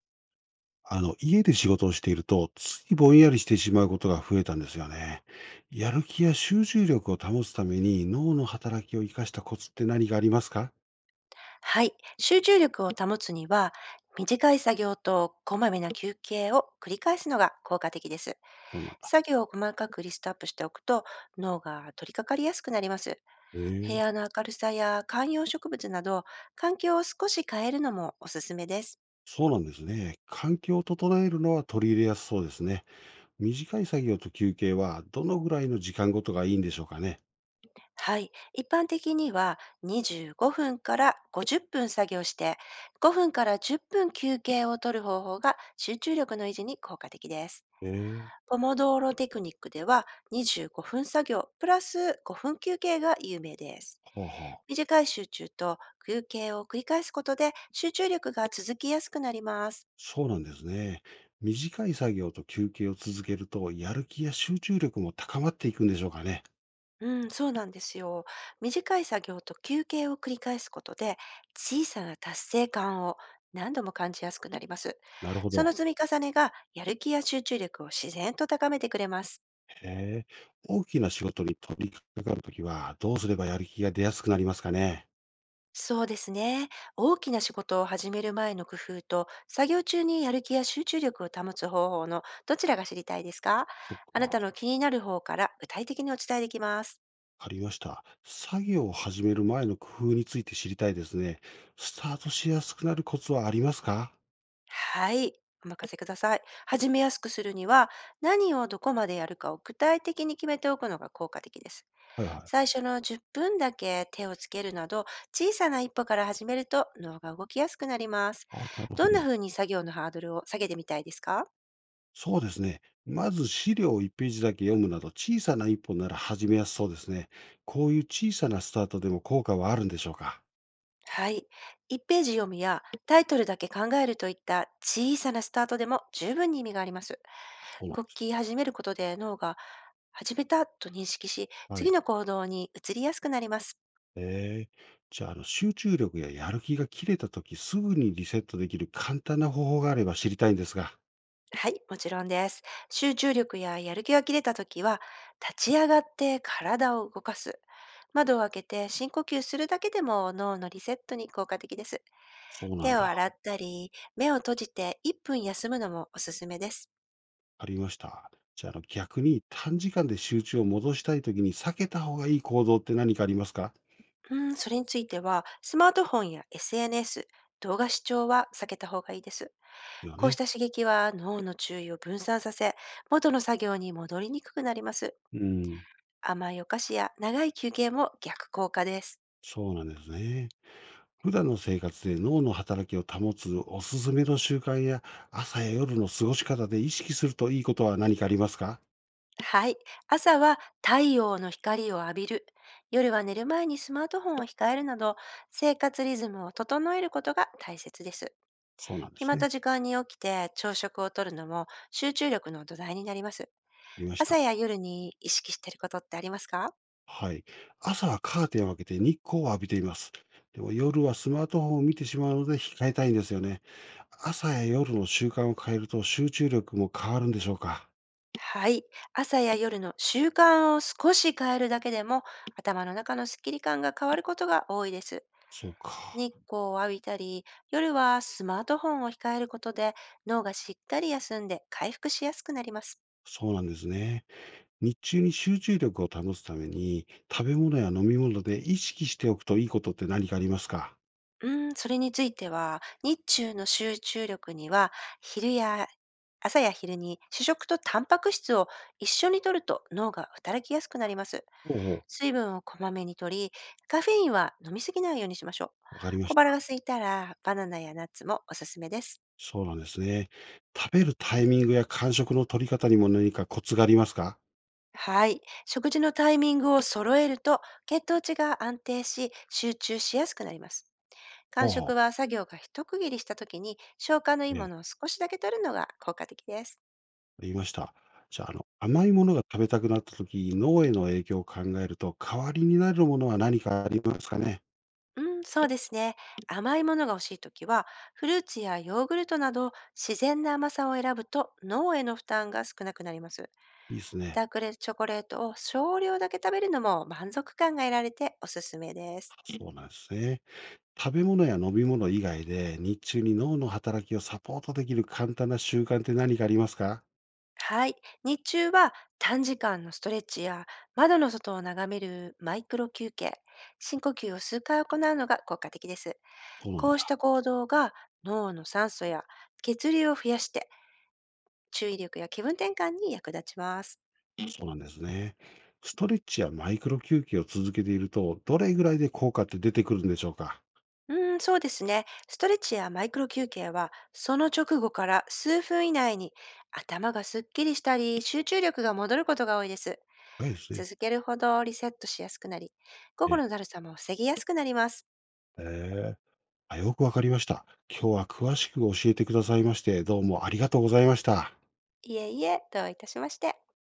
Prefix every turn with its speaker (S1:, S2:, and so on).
S1: 家で仕事をしていると、ついぼんやりしてしまうことが増えたんですよね。やる気や集中力を保つために脳の働きを生かしたコツって何がありますか。
S2: はい。集中力を保つには、短い作業とこまめな休憩を繰り返すのが効果的です。
S1: そうなんだ。
S2: 作業を細かくリストアップしておくと脳が取り掛かりやすくなります。部
S1: ええ。
S2: 屋の明るさや観葉植物など、環境を少し変えるのもおすすめです。
S1: そうなんですね。環境を整えるのは取り入れやすそうですね。短い作業と休憩はどのぐらいの時間ごとがいいんでしょうかね。
S2: はい。一般的には、25分から50分作業して、5分から10分休憩を取る方法が集中力の維持に効果的です。
S1: ええ。
S2: ポモドーロテクニックでは、25分作業プラス5分休憩が有名です。
S1: はあ。はあ。
S2: 短い集中と休憩を繰り返すことで、集中力が続きやすくなります。
S1: そうなんですね。短い作業と休憩を続けると、やる気や集中力も高まっていくんでしょうかね。
S2: うん、そうなんですよ。短い作業と休憩を繰り返すことで、小さな達成感を何度も感じやすくなります。
S1: なるほ
S2: その
S1: ど。
S2: 積み重ねがやる気や集中力を自然と高めてくれます。
S1: へえ、大きな仕事に取り掛かるときは、どうすればやる気が出やすくなりますかね。
S2: そうですね。大きな仕事を始める前の工夫と、作業中にやる気や集中力を保つ方法のどちらが知りたいですか？
S1: そっ
S2: あ
S1: か、
S2: な
S1: わ
S2: たの気になる方から具体的にお伝えできます。
S1: かりました。作業を始める前の工夫について知りたいですね。スタートしやすくなるコツはありますか。
S2: はい。お任せください。始めやすくするには、何をどこまでやるかを具体的に決めておくのが効果的です。
S1: はいはい。
S2: 最初の10分だけ手をつけるなど、小さな一歩から始めると脳が動きやすくなります。
S1: あ、なるほ
S2: どんな
S1: ど。
S2: 風に作業のハードルを下げてみたいですか？
S1: そうですね。まず資料を1ページだけ読むなど、小さな一歩なら始めやすそうですね。こういう小さなスタートでも効果はあるんでしょうか。
S2: はい。1ページ読みやタイトルだけ考えるといった小さなスタートでも十分に意味があります。
S1: そうなんで
S2: 動
S1: す
S2: き
S1: ね。
S2: 始めることで脳が始めたと認識し、
S1: は
S2: 次
S1: い。
S2: の行動に移りやすくなります。
S1: ええ。じゃあ、集中力ややる気が切れたときすぐにリセットできる簡単な方法があれば知りたいんですが。
S2: はい、もちろんです。集中力ややる気が切れた時は、立ち上がって体を動かす。窓を開けて深呼吸するだけでも脳のリセットに効果的です。
S1: そうなん
S2: 手を
S1: だ。
S2: 洗ったり、目を閉じて1分休むのもおすすめです。
S1: ありました。じゃあ、逆に短時間で集中を戻したいときに避けた方がいい行動って何かありますか。
S2: うん、それについては、スマートフォンや SNS、動画視聴は避けた方がいいです。
S1: ですよ
S2: こうし
S1: ね。
S2: た刺激は脳の注意を分散させ、元の作業に戻りにくくなります。
S1: うん。
S2: 甘いお菓子や長い休憩も逆効果です。
S1: そうなんですね。普段の生活で脳の働きを保つおすすめの習慣や朝や夜の過ごし方で意識するといいことは何かありますか。
S2: はい。朝は太陽の光を浴びる。夜は寝る前にスマートフォンを控えるなど、生活リズムを整えることが大切です。
S1: そうなんで
S2: 決ま
S1: す
S2: っ
S1: ね。
S2: た時間に起きて朝食をとるのも集中力の土台になります。
S1: ありまし
S2: 朝
S1: た。
S2: や夜に意識してることってありますか？
S1: はい。朝はカーテンを開けて日光を浴びています。でも夜はスマートフォンを見てしまうので控えたいんですよね。朝や夜の習慣を変えると集中力も変わるんでしょうか。
S2: はい。朝や夜の習慣を少し変えるだけでも、頭の中のスッキリ感が変わることが多いです。
S1: そうか。
S2: 日光を浴びたり、夜はスマートフォンを控えることで、脳がしっかり休んで回復しやすくなります。
S1: そうなんですね。日中に集中力を保つために食べ物や飲み物で意識しておくといいことって何かありますか。
S2: うん、それについては、日中の集中力には、昼や、朝や昼に主食とタンパク質を一緒に摂ると脳が働きやすくなります。
S1: ほうほう。
S2: 水分をこまめに摂り、カフェインは飲みすぎないようにしましょう。
S1: わかりま
S2: 小
S1: し
S2: 腹
S1: た。
S2: が空いたら、バナナやナッツもおすすめです。
S1: そうなんですね。食べるタイミングや間食の取り方にも何かコツがありますか。
S2: はい。食事のタイミングを揃えると、血糖値が安定し、集中しやすくなります。間
S1: ほうほ
S2: 食
S1: う。
S2: は作業が一区切りした時に、消化のいい
S1: え
S2: もの
S1: え。
S2: を少しだけ摂るのが効果的です。
S1: 言いました。じゃあ、甘いものが食べたくなった時、脳への影響を考えると、代わりになるものは何かありますかね？
S2: うん、そうですね。甘いものが欲しいときは、フルーツやヨーグルトなど自然な甘さを選ぶと脳への負担が少なくなります。
S1: いいですね。
S2: ダークレチョコレートを少量だけ食べるのも満足感が得られておすすめです。
S1: そうなんですね。食べ物や飲み物以外で、日中に脳の働きをサポートできる簡単な習慣って何かありますか？
S2: はい。日中は短時間のストレッチや窓の外を眺めるマイクロ休憩、深呼吸を数回行うのが効果的です。
S1: そうなん
S2: こうし
S1: だ。
S2: た行動が脳の酸素や血流を増やして、注意力や気分転換に役立ちます。
S1: そうなんですね。ストレッチやマイクロ休憩を続けていると、どれぐらいで効果って出てくるんでしょうか？
S2: うーん、そうですね。ストレッチやマイクロ休憩は、その直後から数分以内に頭がすっきりしたり、集中力が戻ることが多いです。
S1: いいですね。
S2: 続けるほどリセットしやすくなり、午
S1: え
S2: 後
S1: え。
S2: のだるさも防ぎやすくなります。
S1: え。あ、よくわかりました。今日は詳しく教えてくださいまして、どうもありがとうございました。
S2: いえいえ、どういたしまして。